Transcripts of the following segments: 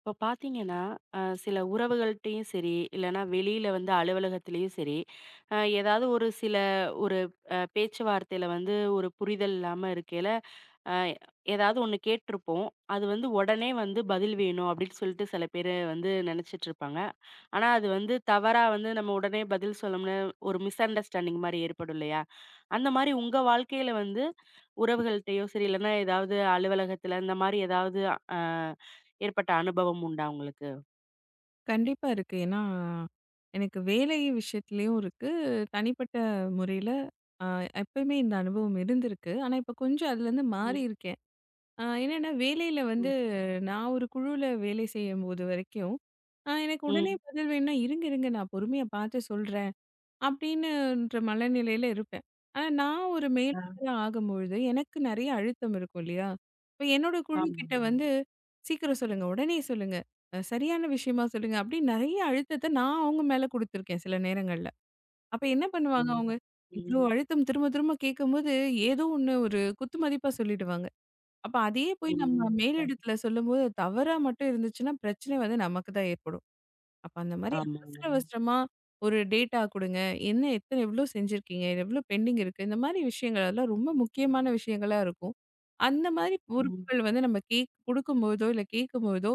இப்போ பார்த்தீங்கன்னா, சில உறவுகள்ட்டயும் சரி, இல்லன்னா வெளியில வந்து அலுவலகத்திலயும் சரி, ஏதாவது ஒரு சில ஒரு பேச்சுவார்த்தையில வந்து ஒரு புரிதல் இல்லாம இருக்கையில, அ ஏதாவது ஒண்ணு கேட்டிருப்போம். அது வந்து உடனே வந்து பதில் வேணும் அப்படின்னு சொல்லிட்டு சில பேரு வந்து நினைச்சிட்டு இருப்பாங்க. ஆனா, அது வந்து தவறா வந்து நம்ம உடனே பதில் சொன்னோம்னா, ஒரு மிஸ் அண்டர்ஸ்டாண்டிங் மாரி ஏற்படும் இல்லையா? அந்த மாரி உங்க வாழ்க்கையில வந்து உறவுகள்ட்டயோ சரி, இல்லன்னா ஏதாவது அலுவலகத்துல இந்த மாரி ஏதாவது அ ஏற்பட்ட அனுபவம் உண்டா உங்களுக்கு? கண்டிப்பா இருக்கு. ஏன்னா, எனக்கு வேலை விஷயத்துலயும் இருக்கு. தனிப்பட்ட முறையில அ எப்பயுமே இந்த அனுபவம் இருந்திருக்கு. ஆனா, இப்ப கொஞ்சம் அதுலேருந்து ம். மாறி இருக்கேன். என்னன்னா, வேலையில ம். வந்து நான் ஒரு குழுவுல வேலை செய்யும்போது வரைக்கும், எனக்கு உடனே ம். பதில் வேணும்னா, "இருங்க, இருங்க நான் பொறுமையா பார்த்து சொல்றேன்." அப்படின்னுன்ற மனநிலையில இருப்பேன். ஆனா நான் ஒரு ஆ. மேலாளரா ஆகும்பொழுது, எனக்கு நெறைய அழுத்தம் இருக்கும் இல்லையா? இப்ப என்னோட குழுக்கிட்ட ஆமாங்க. வந்து "சீக்கிரம் சொல்லுங்க, உடனே சொல்லுங்க, சரியான விஷயமா சொல்லுங்க" அப்படின்னு நெறைய அழுத்தத்த நான் அவங்க மேல குடுத்துருக்கேன் சில நேரங்கள்ல. அப்ப என்ன பண்ணுவாங்க ம். அவங்க? இவ்ளோ ம். அழுத்தம் திரும்ப திரும்ப கேட்கும்போது, ஏதோ ஒண்ணு ஒரு குத்து மதிப்பா சொல்லிடுவாங்க. அப்ப அதையே போய் ம். நம்ம கண் மேலிடத்துல சொல்லும்போது, அது தவறா மட்டும் இருந்துச்சுன்னா, பிரச்சனை வந்து நமக்கு தான் ஏற்படும். அப்ப அந்த மாரி ஆமாங்க. அவசர அவசரமா ஒரு டேட்டா குடுங்க. என்ன எத்தன எவ்ளோ செஞ்சிருக்கீங்க? எவ்ளோ பெண்டிங் இருக்கு? இந்த மாரி விஷயங்கள் எல்லாம் ரொம்ப முக்கியமான விஷயங்களா இருக்கும். அந்த மாரி ம். பொறுப்புகள் வந்து நம்ம கேக் குடுக்கும்போதோ, இல்ல கேட்கும்போதோ,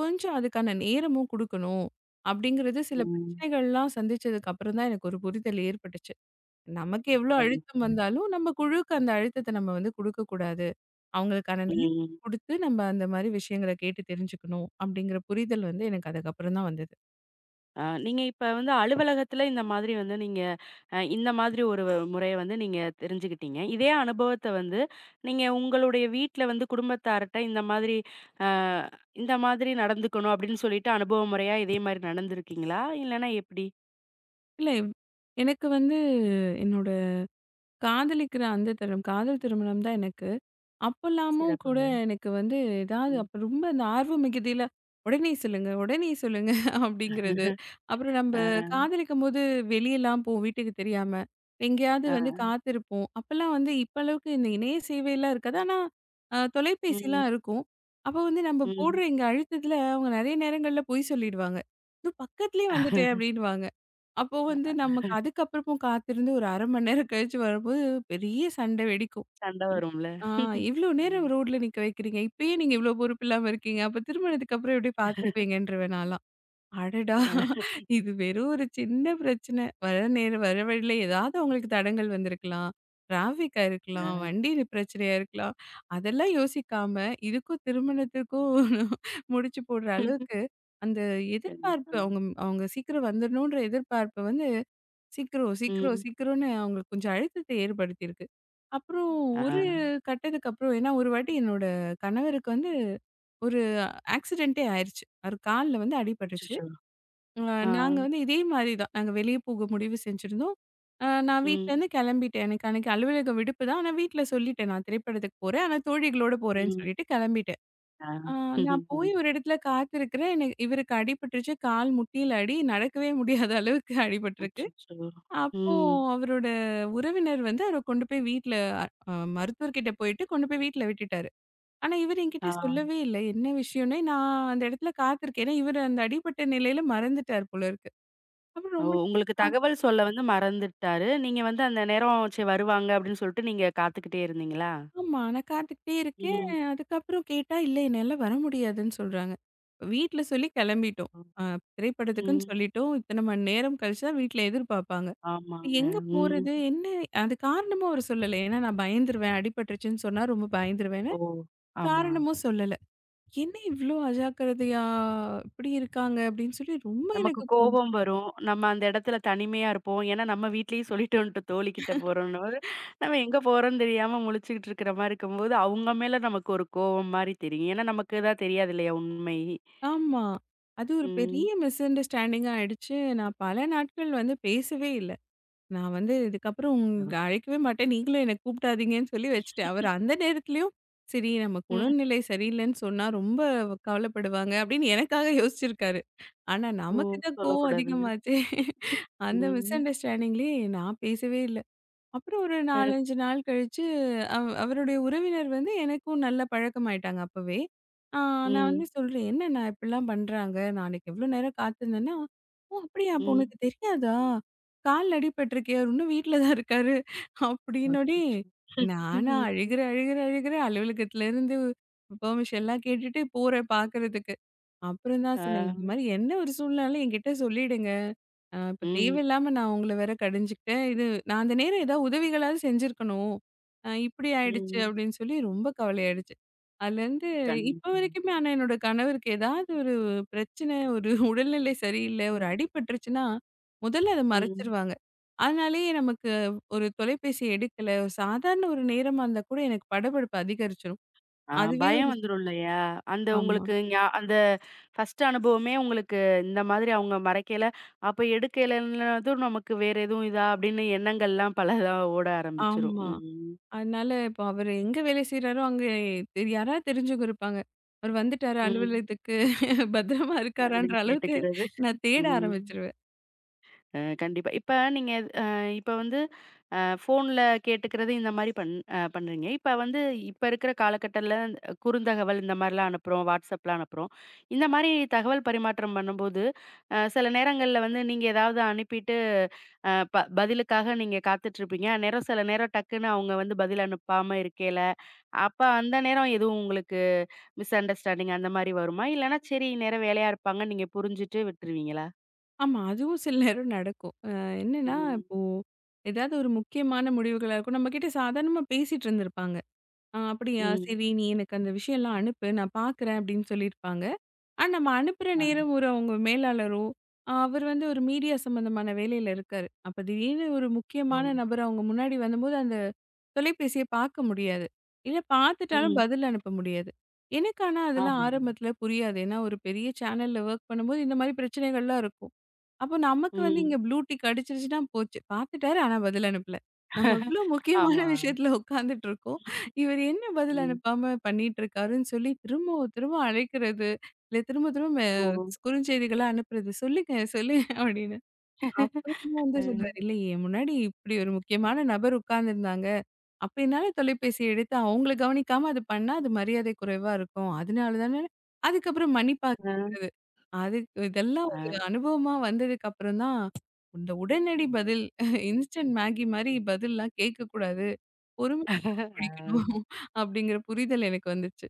கொஞ்சம் அதுக்கான நேரமும் குடுக்கணும். அப்படிங்கிறது சில ம். பிரச்சனைகள்லாம் சந்திச்சதுக்கு அப்புறம் தான் எனக்கு ஒரு புரிதல் ஏற்பட்டுச்சு. நமக்கு எவ்ளோ அழுத்தம் கண்டிப்பாங்க. வந்தாலும் நம்ம குழுவுக்கு அந்த அழுத்தத்த நம்ம வந்து குடுக்கக்கூடாது. அவங்களுக்கான நேரத்த ம். குடுத்து நம்ம அந்த மாரி விஷயங்கள கேட்டு தெரிஞ்சுக்கணும். அப்படிங்கிற புரிதல் வந்து எனக்கு அதுக்கப்புறம் தான் வந்தது. நீங்க இப்ப வந்து அலுவலகத்துல இந்த மாதிரி வந்து நீங்க இந்த மாதிரி ஒரு முறைய வந்து நீங்க தெரிஞ்சுக்கிட்டீங்க. இதே அனுபவத்த வந்து நீங்க உங்களுடைய வீட்ல வந்து குடும்பத்தார்ட்ட இந்த மாதிரி அ இந்த மாதிரி நடந்துக்கணும் அப்படின்னு சொல்லிட்டு அனுபவ முறையா இதே மாரி நடந்திருக்கீங்களா? இல்லன்னா எப்படி? இல்ல. எனக்கு வந்து என்னோட காதலிக்கிற அந்த தருணம் காதல் திருமணம் தான் எனக்கு. அப்பல்லாமும் கூட சிறப்புங்க. எனக்கு வந்து ஏதாவது ம். அப்ப ரொம்ப அந்த ஆர்வம் மிகுதியில, "உடனே சொல்லுங்க, உடனே சொல்லுங்க" அப்படிங்கிறது. அப்புறம் நம்ப ஆ, காதலிக்கும்போது வெளியலாம் போவோம் வீட்டுக்கு தெரியாம. எங்கேயாவது வந்து ஆ. காத்திருப்போம். அப்பலாம் வந்து இப்ப அளவுக்கு இந்த இணைய சேவைலாம் இருக்காது. ஆனா தொலைபேசிலாம் ம், இருக்கும். அப்ப வந்து நம்ப போடுற ம். எங்க அழுத்தத்துல அவங்க நெறைய நேரங்கள்ல பொய் சொல்லிடுவாங்க. "இதோ பக்கத்துலயே வந்துட்டேன்" அப்படின்னுவாங்க. அப்போ வந்து அ நமக்கு அதுக்கப்புறமும் காத்திருந்து ஒரு 1/2 மணி நேரம் கழிச்சு வரும்போது பெரிய சண்டை வெடிக்கும். சண்ட ம். வரும்ல. ஆ இவ்ளோ ம். நேரம் ரோட்ல நிக்க வைக்கிறீங்க. இப்பயே நீங்க இவ்ளோ பொறுப்பில்லாம இருக்கீங்க. அப்ப திருமணத்துக்கு அப்புறம் எப்படி பார்த்துக்குவீங்கன்றுவேன் நான்லாம். அடடா! அ, இது வெறும் ஒரு சின்ன பிரச்சனை. வர நேர வர வழியில ஏதாவது உங்களுக்கு தடங்கல் வந்திருக்கலாம். டிராஃபிக்கா ஆ. இருக்கலாம். வண்டி பிரச்சனையா இருக்கலாம். அதெல்லாம் யோசிக்காம, இதுக்கும் திருமணத்துக்கும் முடிச்சு போடுற அளவுக்கு, அந்த கண்டிப்பா. எதிர்பார்ப்பு அவங்க அவங்க சீக்கிரம் வந்துரணுன்ற எதிர்பார்ப்பு வந்து சீக்கிரம், சீக்கிரம், ம். சீக்கிரம்னு அவங்களுக்கு கொஞ்சம் அழுத்தத்தை ஏற்படுத்தியிருக்கு. அப்புறம் ஆ. ஒரு கட்டத்துக்கு அப்புறம் ஏன்னா ஒரு வாட்டி என்னோட கணவருக்கு வந்து ஒரு ஆக்சிடென்ட்டே ஆயிருச்சு. அவரு கால்ல வந்து அடிபட்டுருச்சு. அச்சச்சோ! அ ஆ. நாங்க வந்து இதே மாரி தான். நாங்க வெளிய போக முடிவு செஞ்சிருந்தோம். நான் ம், வீட்லருந்து கிளம்பிட்டேன். எனக்கு அன்னைக்கு அலுவலக விடுப்பு தான். ஆனா வீட்ல சொல்லிட்டேன். நான் திரைப்படத்துக்கு போறேன். ஆனா தோழிகளோட போறேன்னு ம். சொல்லிட்டு கிளம்பிட்டேன். ஆ. அ நான் ம். போய் ஒரு இடத்துல காத்திருக்கிறேன். எனக்கு இவருக்கு அடிபட்டுருச்சு. கால் முட்டியில அடி. நடக்கவே முடியாத அளவுக்கு அடிபட்டிருக்கு. அச்சச்சோ! அப்போ ம். அவரோட உறவினர் வந்து அவர கொண்டு போய் வீட்ல அ மருத்துவர்கிட்ட போயிட்டு கொண்டு போய் வீட்ல விட்டுட்டாரு. ஆனா இவரு ஆ. என்கிட்ட சொல்லவே இல்ல. என்ன விஷயம்னே நான் அந்த இடத்துல காத்திருக்கேன். ஏன்னா இவரு அந்த அடிபட்ட நிலையில மறந்துட்டார் போல இருக்கு. அப்புறம் ஓ! ரொம்ப உங்களுக்கு நான் தகவல் சொல்ல வந்து மறந்துட்டாரு. நீங்க வந்து அந்த நேரம் சரி வருவாங்க அப்படின்னு சொல்லிட்டு நீங்க காத்துக்கிட்டே இருந்தீங்களா? ஆமா. நான் காத்துக்கிட்டே இருக்கேன். ம். அதுக்கப்புறம் கேட்டா, "இல்ல என்னால வர முடியாதுன்னு" சொல்றாங்க. வீட்ல சொல்லி கிளம்பிட்டோம். ம். அ ம். திரைப்படத்துக்குன்னு சொல்லிட்டோம். இத்தன மணி நேரம் கழிச்சு தான் வீட்ல எதிர்பார்ப்பாங்க. ஆமாங்க. எங்க ம். போறது? என்ன அது காரணமும் அவரு சொல்லல. ஏன்னா நான் பயந்துருவேன். அடிபட்டுருச்சுன்னு சொன்னா ரொம்ப பயந்துருவேன்னு, ஓ! ஆமா. காரணமும் சொல்லல. "என்ன இவ்ளோ அஜாக்கிரதையா இப்படி இருக்காங்க?" அப்படின்னு சொல்லி ரொம்ப நமக்கு எனக்கு கோவம் கோபம் வரும். நம்ம அந்த இடத்துல தனிமையா இருப்போம். ஏன்னா நம்ம வீட்லயும் சொல்லிட்டோன்ட்டு தோழிகிட்ட போறோம்னோது, நம்ம எங்க போறோம்ன்னு தெரியாம முழிச்சுக்கிட்டு இருக்கிற மாரி இருக்கும்போது, அவங்க மேல நமக்கு ஒரு கோவம் மாரி தெரியும். ஏன்னா நமக்கு தான் தெரியாது இல்லையா உண்மை. ஆமா. அது ஒரு பெரிய ம். மிஸ் அண்டர்ஸ்டாண்டிங்கா ஆயிடுச்சு. நான் பல நாட்கள் வந்து பேசவே இல்ல. நான் வந்து இதுக்கப்புறம் அ. உங்க அழைக்கவே மாட்டேன். நீங்களும் என்ன கூப்பிடாதீங்கன்னு சொல்லி வச்சுட்டேன். அவரு அந்த நேரத்துலயும், சரி நமக்கு ம். உடல்நிலை சரியில்லன்னு சொன்னா ரொம்ப கவலைப்படுவாங்க அப்படின்னு எனக்காக யோசிச்சிருக்காரு. ஆனா ஓ! நமக்கு தான் கோவம் சொல்லக்கூடாதுன்னு. அதிகமாச்சே. அந்த மிஸ் ம். அண்டர்ஸ்டாண்டிங்லயே நான் பேசவே இல்ல. அப்புறம் ஒரு அ. 4, 5 நாள் கழிச்சு, அவருடைய உறவினர் வந்து எனக்கும் நல்ல பழக்கமாயிட்டாங்க அப்பவே. ஆ நான் ம். வந்து சொல்றேன், "என்ன நான் இப்படிலாம் பண்றாங்க? நான் அன்னைக்கு எவ்ளோ நேரம் காத்திருந்தேன்னா, ஓ! அப்படியா? அப்போ ம். உனக்கு தெரியாதா? கால்ல அடிபட்டுருக்கே, அவரு இன்னும் வீட்ல தான் இருக்காரு." அப்படின்னோடனே, அச்சச்சோ! நானா ம். அழுகுறேன், அழுகுறேன், அழுகுறேன். அலுவலகத்திலேருந்து பெர்மிஷன்லாம் கேட்டுட்டு போறேன் பாக்கறதுக்கு. அப்புறம் தான் ஆ. சொன்னேன். இந்த மாரி என்ன ஒரு சூழ்நிலைனாலும் என்கிட்ட சொல்லிடுங்க. இப்ப ம். தேவையில்லாம நான் உங்கள வேற கடிஞ்சுக்கிட்டேன். இது நான் அந்த நேரம் ஏதாவது உதவிகளாவது செஞ்சிருக்கணும். இப்படி ஆயிடுச்சு ம். அப்படின்னு சொல்லி ரொம்ப கவலையாயிடுச்சு. அதுலேருந்து இப்ப கண்டிப்பா. வரைக்குமே ஆனா என்னோட கணவருக்கு ஏதாவது ஒரு பிரச்சனை, ஒரு உடல்நிலை சரியில்ல, ம். ஒரு அடிபட்டுருச்சுன்னா, முதல்ல அத ம். மறைச்சுருவாங்க. அதனாலேயே நமக்கு ஒரு தொலைபேசி எடுக்கல, ஒரு சாதாரண ஒரு நேரமா இருந்தா கூட எனக்கு படபடப்பு அதிகரிச்சுரும். ஆ அதுவே பயம் ஒரு வந்துரும் இல்லையா? அந்த ஆமா, உங்களுக்கு அந்த ஃபர்ஸ்ட் அனுபவமே உங்களுக்கு இந்த மாதிரி அவங்க மறைக்கையில, அப்ப எடுக்கையிலன்னதும் நமக்கு வேற எதுவும் இதா அப்படின்னு எண்ணங்கள்லாம் பலதா ஓட ஆரம்பிச்சுரும். ஆமா. ம். அதனால இப்போ அவரு எங்க வேலை செய்றாரோ, அங்க யாராவது தெரிஞ்சவங்க இருப்பாங்க. அவரு வந்துட்டாரு ம். அலுவலகத்துக்கு பத்திரமா இருக்காரான்ற அப்படின்னு அளவுக்கு கேட்டுக்கிறது. நான் தேட ம். ஆரம்பிச்சுருவேன். கண்டிப்பா. இப்ப நீங்க அ இப்ப வந்து ஃபோன்ல கேட்டுக்கிறது இந்த மாரி பண்றீங்க. இப்ப வந்து இப்ப இருக்கிற காலகட்டத்தில குறுந்தகவல் இந்த மாரிலாம் அனுப்புறோம். WhatsAppலாம் அனுப்புறோம். இந்த மாரி தகவல் பரிமாற்றம் பண்ணும்போது, சில நேரங்கள்ல வந்து நீங்க ஏதாவது அனுப்பிட்டு அ ப பதிலுக்காக நீங்க காத்துட்ருப்பீங்க. அந்நேரம் சில நேரம் டக்குன்னு அவங்க வந்து பதில் அனுப்பாம இருக்கையில, அப்ப அந்த நேரம் எதுவும் உங்களுக்கு மிஸ் அண்டர்ஸ்டாண்டிங் அந்த மாரி வருமா? இல்லன்னா சரி இந்நேரம் வேலையா இருப்பாங்கன்னு நீங்க புரிஞ்சுட்டு விட்டுருவீங்களா? ஆமா, அதுவும் சில நேரம் நடக்கும். என்னன்னா, ம். இப்போ ஏதாவது ஒரு முக்கியமான முடிவுகளா இருக்கும். நம்மகிட்ட சாதாரணமா பேசிட்டு இருந்திருப்பாங்க. அப்படியா? ம். சரி, நீ எனக்கு அந்த விஷயம்லாம் அனுப்பு. நான் பார்க்குறேன்" அப்படின்னு சொல்லியிருப்பாங்க. நம்ம அனுப்புற ஆ. நேரம் ஒரு அவங்க மேலாளரோ, அவர் வந்து ஒரு மீடியா சம்மந்தமான வேலையில இருக்காரு. அப்ப திடீர்னு ஒரு ஓ! முக்கியமான நபர் அவங்க முன்னாடி வந்தம்போது, அந்த தொலைபேசிய பார்க்க முடியாது. இல்ல பார்த்துட்டாலும் ம். பதில் அனுப்ப முடியாது. எனக்கு ஆனா அதெல்லாம் ஆமாங்க. ஆரம்பத்தில புரியாது. ஏன்னா ஒரு பெரிய சேனல்ல ஒர்க் பண்ணும்போது இந்த மாரி பிரச்சனைகள்லாம் இருக்கும். அப்போ நமக்கு வந்து ம். இங்க ப்ளூ டிக் அடிச்சிருச்சுன்னா போச்சு. பாத்துட்டாரு ஆனா பதில் அனுப்பல. நம்ம இவ்ளோ முக்கியமான ஆமா. விஷயத்துல உட்காந்துட்டு இருக்கோம். இவர் என்ன பதில் ம். அனுப்பாம பண்ணிட்டு இருக்காருன்னு சொல்லி திரும்பவும் திரும்ப அழைக்கிறது. இல்ல திரும்ப திரும்ப ஓ! குறுஞ்செய்திகளா அனுப்புறது. "சொல்லுங்க, சொல்லுங்க" அப்படின்னு. அப்புறமா வந்து ம். சொல்லுவாரு, "இல்ல என் முன்னாடி இப்படி ஒரு முக்கியமான நபர் உட்கார்ந்துருந்தாங்க. அப்ப என்னால தொலைபேசிய எடுத்து அவங்கள கவனிக்காம அது பண்ணா அது மரியாதை குறைவா இருக்கும். அதனால தானே" அதுக்கப்புறம் மன்னிப்பா அ. அதுக்கு இதெல்லாம் ஒரு அ. அனுபவமா வந்ததுக்கப்புறம் தான், இந்த உடனடி பதில் இன்ஸ்டன்ட் மேகி மாரி பதில்லாம் கேட்கக்கூடாது. பொறுமை அ. கடைபிடிக்கணும் அப்படிங்கிற புரிதல் எனக்கு வந்துச்சு.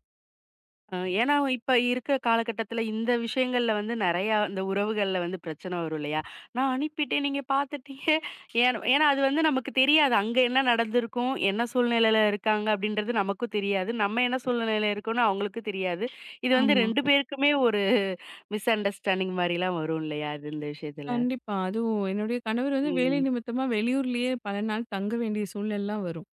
ஏன்னா இப்ப இருக்கிற காலகட்டத்தில இந்த விஷயங்கள்ல வந்து நெறையா இந்த உறவுகள்ல வந்து பிரச்சனை வரும் இல்லையா? நான் அனுப்பிட்டேன் நீங்க பார்த்துட்டீங்க. ஏன் ஏன்னா அது வந்து நமக்கு தெரியாது. அங்க என்ன நடந்திருக்கும்? என்ன சூழ்நிலையில இருக்காங்க? அப்படின்றது நமக்கும் தெரியாது. நம்ம என்ன சூழ்நிலையில இருக்கோம்னு அவங்களுக்கும் தெரியாது. இது வந்து ஆமா. 2 பேருக்குமே ஒரு மிஸ் அண்டர்ஸ்டாண்டிங் மாரிலாம் வரும் இல்லையா? அது இந்த விஷயத்துல. கண்டிப்பா. அதுவும் என்னுடைய கணவர் வந்து வேலை ம். நிமித்தமா வெளியூர்லயே பல நாள் தங்க வேண்டிய சூழ்நிலைலாம் வரும்.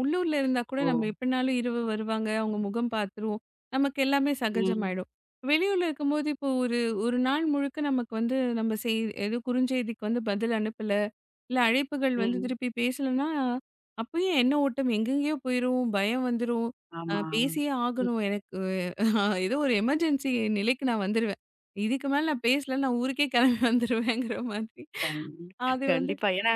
உள்ளூர்ல இருந்தா கூட ஓ! நம்ம எப்படினாலும் இரவு வருவாங்க. அவங்க முகம் பார்த்துருவோம். நமக்கு எல்லாமே ம், சகஜமாயிடும். வெளியூர்ல இருக்கும்போது இப்போ ஒரு ஒரு நாள் முழுக்க நமக்கு வந்து நம்ம செய் ஏதோ குறுஞ்செய்திக்கு வந்து பதில் அனுப்பல, இல்ல அழைப்புகள் வந்து ம். திருப்பி பேசலன்னா, அப்பயும் எண்ண ஓட்டம் எங்கெங்கேயோ போயிரும். பயம் வந்துரும். ஆமா. பேசியே ம். ஆகணும். எனக்கு ஏதோ ஒரு எமர்ஜென்சி நிலைக்கு நான் வந்துருவேன். இதுக்கு மேல நான் பேசல நான் ஊருக்கே கிளம்பி வந்துருவேங்கிற மாதிரி. கண் அது வந்து கண்டிப்பா. ஏன்னா,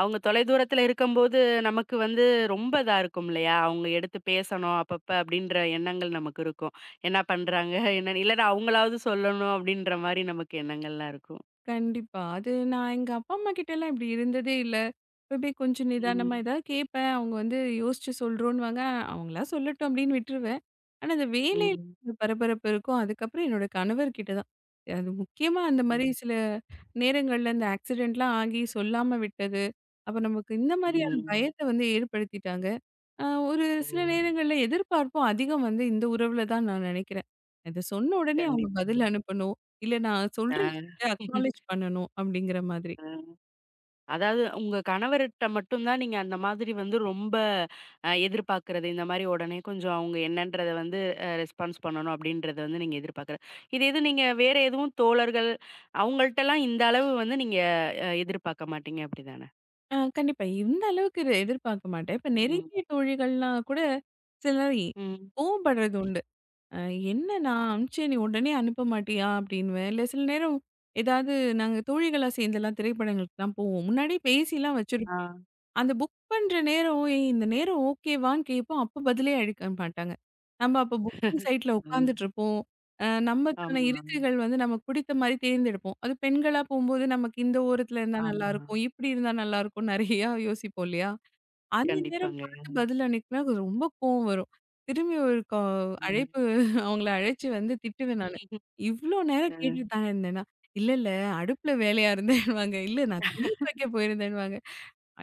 அவங்க தொலைதூரத்துல இருக்கும்போது, நமக்கு வந்து ரொம்ப இதா இருக்கும் இல்லையா? அவங்க எடுத்து பேசணும் அப்பப்ப அப்படின்ற எண்ணங்கள் நமக்கு இருக்கும். என்ன பண்றாங்க? என்னன்னு இல்லன்னா அவங்களாவது சொல்லணும் அப்படின்ற மாரி நமக்கு எண்ணங்கள்லாம் இருக்கும். கண்டிப்பா. அது நான் எங்க அப்பா, அம்மா கிட்டலாம் இப்டி இருந்ததே இல்ல. எப்பவுமே கொஞ்சம் நிதானமா ம், ஏதாவது கேட்பேன். அவங்க வந்து யோசிச்சு சொல்றோன்னுவாங்க. அவங்களா சொல்லட்டும் அப்டின்னு விட்டுருவேன். ஆனா, அந்த வேலையில ம், ஒரு பரபரப்பு இருக்கும். அதுக்கப்புறம் என்னோட கணவர் கிட்ட தான். அது முக்கியமா அந்த ம், மாரி சில நேரங்கள்ல இந்த ஆக்சிடென்ட்லாம் ஆகி சொல்லாம விட்டது. அப்ப நமக்கு இந்த மாதிரியான ம். பயத்த வந்து ஏற்படுத்திட்டாங்க. ஒரு ஓ! சில நேரங்கள்ல எதிர்பார்ப்பும் அதிகம் வந்து இந்த உறவுல தான் நான் நினைக்கிறேன். இத சொன்ன உடனே அவங்க கண்டிப்பா. பதில் அனுப்பணும். இல்ல நான் ஆ. சொல்ற விஷயத்த அக்னாலேட்ஜ் பண்ணணும் அப்படிங்கிற மாதிரி. ஆ. அதாவது உங்க கணவர்ட்ட மட்டும் தான் நீங்க அந்த மாதிரி வந்து ரொம்ப எதிர்பார்க்கிறது. இந்த மாரி உடனே கொஞ்சம் அவங்க என்னன்றத வந்து ரெஸ்பான்ஸ் பண்ணணும் அப்படின்றத வந்து நீங்க எதிர்பார்க்கிறது. இது எது நீங்க வேற எதுவும் தோழர்கள் அவங்கள்ட்டலாம் இந்த அளவு வந்து நீங்க எதிர்பார்க்க மாட்டீங்க அப்படிதானே? கண்டிப்பா. இந்த அளவுக்கு இத எதிர்பார்க்க மாட்டேன். இப்ப ம். நெருங்கிய தோழிகள்லாம் கூட சில நேரம் ம். கோவப்படுறது உண்டு. அ "என்ன நான் அனுப்பிச்சேன் நீ உடனே அனுப்ப மாட்டியா?" அப்படின்னுவேன். இல்ல சில நேரம் ஏதாவது நாங்க தோழிகளா சேர்ந்தெல்லாம் திரைப்படங்களுக்குலாம் போவோம். முன்னாடியே பேசிலாம் ஆ. வச்சிருப்போம். அந்த புக் பண்ற நேரம், "ஏய் இந்த நேரம் ஓகேவான்னு?" கேட்போம். அப்ப பதிலே அளிக்க மாட்டாங்க. நம்ம அப்ப புக்கிங் சைட்ல ம். உட்காந்துட்டுருப்போம். நமக்கான ஆமா. இருக்கைகள் வந்து நமக்கு பிடித்த மாரி தேர்ந்தெடுப்போம். அது பெண்களா போம்போது, நமக்கு இந்த ஓரத்துல இருந்தா ஆமா. நல்லாருக்கும், இப்படி இருந்தா நல்லாருக்கும் நெறையா யோசிப்போம் இல்லையா? அந்த நேரம் கண்டிப்பாங்க. பார்த்து பதில் அளிக்கலனா எனக்கு ரொம்ப கோவம் வரும். திரும்பி ஒரு கா அ. அழைப்பு அவங்கள அழைச்சு வந்து திட்டுவேன் நானு. "இவ்ளோ அ. நேரம் கேட்டுட்டு தானே இருந்தேன்னா" "இல்ல, இல்ல அடுப்புல வேலையா இருந்தேன்னுவாங்க. "இல்ல நான் துணி துவைக்க போயிருந்தேன்னுவாங்க."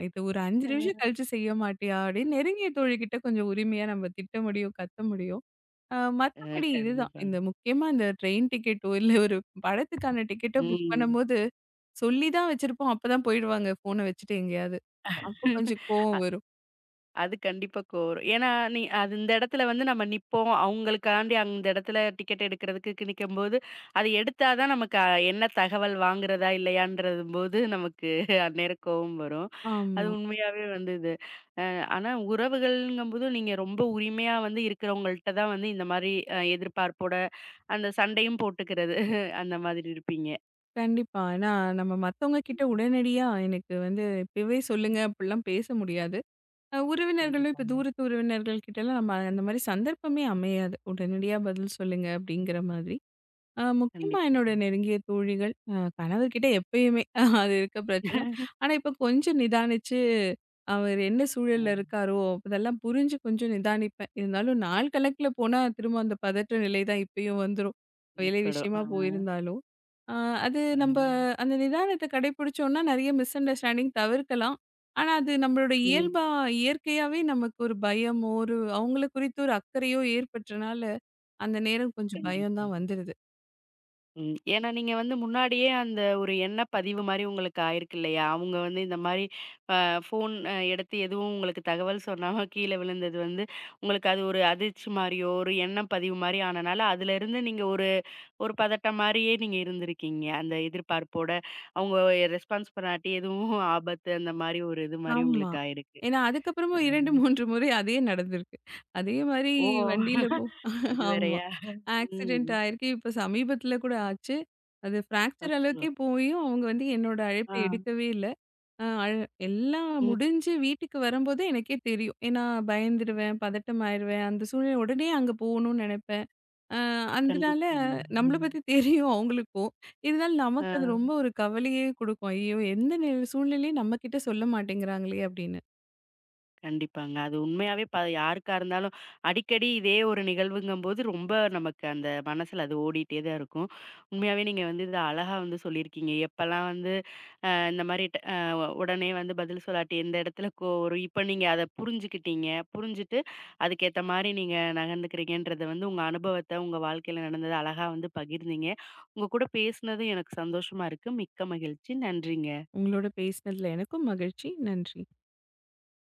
இது ஒரு 5 அ. ம். நிமிஷம் கழிச்சு செய்ய மாட்டியா? அப்படின்னு நெருங்கிய தோழிகிட்ட கொஞ்சம் உரிமையா நம்ம திட்ட முடியும், கத்த முடியும். அ. மத்தபடி இதுதான். கண்டிப்பாங்க. இந்த முக்கியமா இந்த ட்ரெயின் டிக்கெட்டோ, இல்ல ஒரு படத்துக்கான டிக்கெட்டோ புக் ம். பண்ணும்போது, சொல்லி தான் வச்சிருப்போம். அப்பதான் போயிடுவாங்க ஃபோன வச்சுட்டு எங்கேயாவது. அப்போ கொஞ்சம் கோவம் வரும். அது கண்டிப்பா கோரும். ஏன்னா, நீ அது இந்த இடத்துல வந்து நம்ம நிப்போம். அவங்களுக்காண்டி அந்த இடத்துல டிக்கெட் எடுக்கிறதுக்கு நிக்கும்போது, அது எடுத்தா தான் நமக்கு என்ன தகவல் வாங்குறதா இல்லையான்றதும்போது நமக்கு அந்நேரம் கோவம் வரும். அது ஆமா. உண்மையாவே வந்து இது. ஆனா உறவுகள்ங்கும்போது நீங்க ரொம்ப உரிமையா வந்து இருக்கிறவங்கள்ட்ட தான் வந்து இந்த மாரி எதிர்பார்ப்போட அந்த சண்டையும் போட்டுக்கிறது. அந்த மாதிரி இருப்பீங்க. கண்டிப்பா. ஏன்னா நம்ம மத்தவங்க கிட்ட உடனடியா எனக்கு வந்து இப்பவே சொல்லுங்க அப்படிலாம் பேச முடியாது. உறவினர்களும் இப்ப கண்டிப்பாங்க. தூரத்து உறவினர்கள் கிட்டலாம் நம்ம அந்த மாரி சந்தர்ப்பமே அமையாது. உடனடியா பதில் சொல்லுங்க அப்படிங்கிற மாதிரி. முக்கியமா என்னோட கண்டிப்பாங்க. நெருங்கிய தோழிகள், கணவர்கிட்ட எப்பயுமே அது இருக்க பிரச்சனை. ஆனா, இப்ப கொஞ்சம் நிதானிச்சு, அவர் என்ன ஆ சூழல்ல இருக்காரோ, அதெல்லாம் புரிஞ்சு கொஞ்சம் நிதானிப்பேன். இருந்தாலும் நாள் கணக்குல போனா திரும்ப அந்த பதற்ற நிலை தான் இப்பயும் வந்துரும். வேலை ஏற்படும். ஆ, விஷயமா போயிருந்தாலும். அ அது ஆ. நம்ப அந்த நிதானத்த கடைபிடிச்சோம்னா, நெறைய மிஸ் அண்டர்ஸ்டாண்டிங் தவிர்க்கலாம். ஆனா, அது நம்மளோட ம். இயல்பா இயற்கையாவே நமக்கு ஒரு பயமோ, ஒரு அவங்கள குறித்து ஒரு அக்கறையோ ஏற்பட்டனால, அந்த நேரம் கொஞ்சம் பயம் தான் கண்டிப்பாங்க. வந்துருது. ம். ஏன்னா நீங்க வந்து முன்னாடியே அந்த ஒரு எண்ண பதிவு மாரி உங்களுக்கு ஆயிருக்கு இல்லையா? அவங்க வந்து இந்த மாரி அ ஃபோன் எடுத்து எதுவும் உங்களுக்கு தகவல் சொன்னாம கீழ விழுந்தது வந்து, உங்களுக்கு அது ஒரு அதிர்ச்சி மாரியோ, ஒரு எண்ணம் பதிவு மாரி ஆனனால, அதுலருந்து நீங்க ஒரு ஒரு பதட்டம் மாரியே நீங்க இருந்திருக்கீங்க. அந்த எதிர்பார்ப்போட, அவங்க ரெஸ்பான்ஸ் பண்ணாட்டி எதுவும் ஆபத்து அந்த மாரி ஒரு இது மாரி ஆமா. உங்களுக்கு ஆயிருக்கு. ஏன்னா அ. அதுக்கப்புறமும் 2, 3 முறை அதே நடந்திருக்கு. அதே மாரி ஓ! வண்டியில போ அது ஆமா. வேறயா? ம். ஆக்சிடென்ட் ஆயிருக்கு. இப்ப சமீபத்தில கூட ஆச்சு. அது ஃப்ராக்சர் அச்சோ! அளவுக்கே போயும் அவங்க வந்து என்னோட அழைப்ப ஆ. எடுக்கவே இல்ல. அ அழ எல்லாம் ம். முடிஞ்சு வீட்டுக்கு வரும்போது எனக்கே தெரியும். ஏன்னா பயந்துருவேன், பதட்டம் ஆயிருவேன். அந்த சூழ்நிலை உடனே அங்க போகணும்னு நெனைப்பேன். அ அதனால கண்டிப்பாங்க. நம்மள ம். பத்தி தெரியும் அவங்களுக்கும். இருந்தாலும் ஆ. நமக்கு அது ரொம்ப ஒரு கவலையே குடுக்கும். ஐயோ! எந்த சூழ்நிலையும் நம்ம கிட்ட சொல்ல மாட்டேங்கிறாங்களே! அப்படின்னு. கண்டிப்பாங்க. அது உண்மையாவே யாருக்கா இருந்தாலும் அடிக்கடி இதே ஒரு நிகழ்வுங்கும்போது ரொம்ப நமக்கு அந்த மனசுல அது ஓடிட்டே தான் இருக்கும். உண்மையாவே நீங்க வந்து இத அழகா வந்து சொல்லியிருக்கீங்க. எப்பலாம் வந்து இந்த மாரி ட அ உடனே வந்து பதில் சொல்லாட்டி எந்த இடத்துல ஒரு இப்ப நீங்க அத புரிஞ்சுக்கிட்டீங்க. புரிஞ்சுட்டு அதுக்கேத்த மாரி நீங்க நகர்ந்துக்கிறீங்கன்றத வந்து உங்க அனுபவத்த, உங்க வாழ்க்கையில நடந்தத அழகா வந்து பகிர்ந்தீங்க. உங்க கூட பேசினதும் எனக்கு சந்தோஷமா இருக்கு. மிக்க மகிழ்ச்சி. நன்றிங்க. உங்களோட பேசினதுல எனக்கும் மகிழ்ச்சி. நன்றி.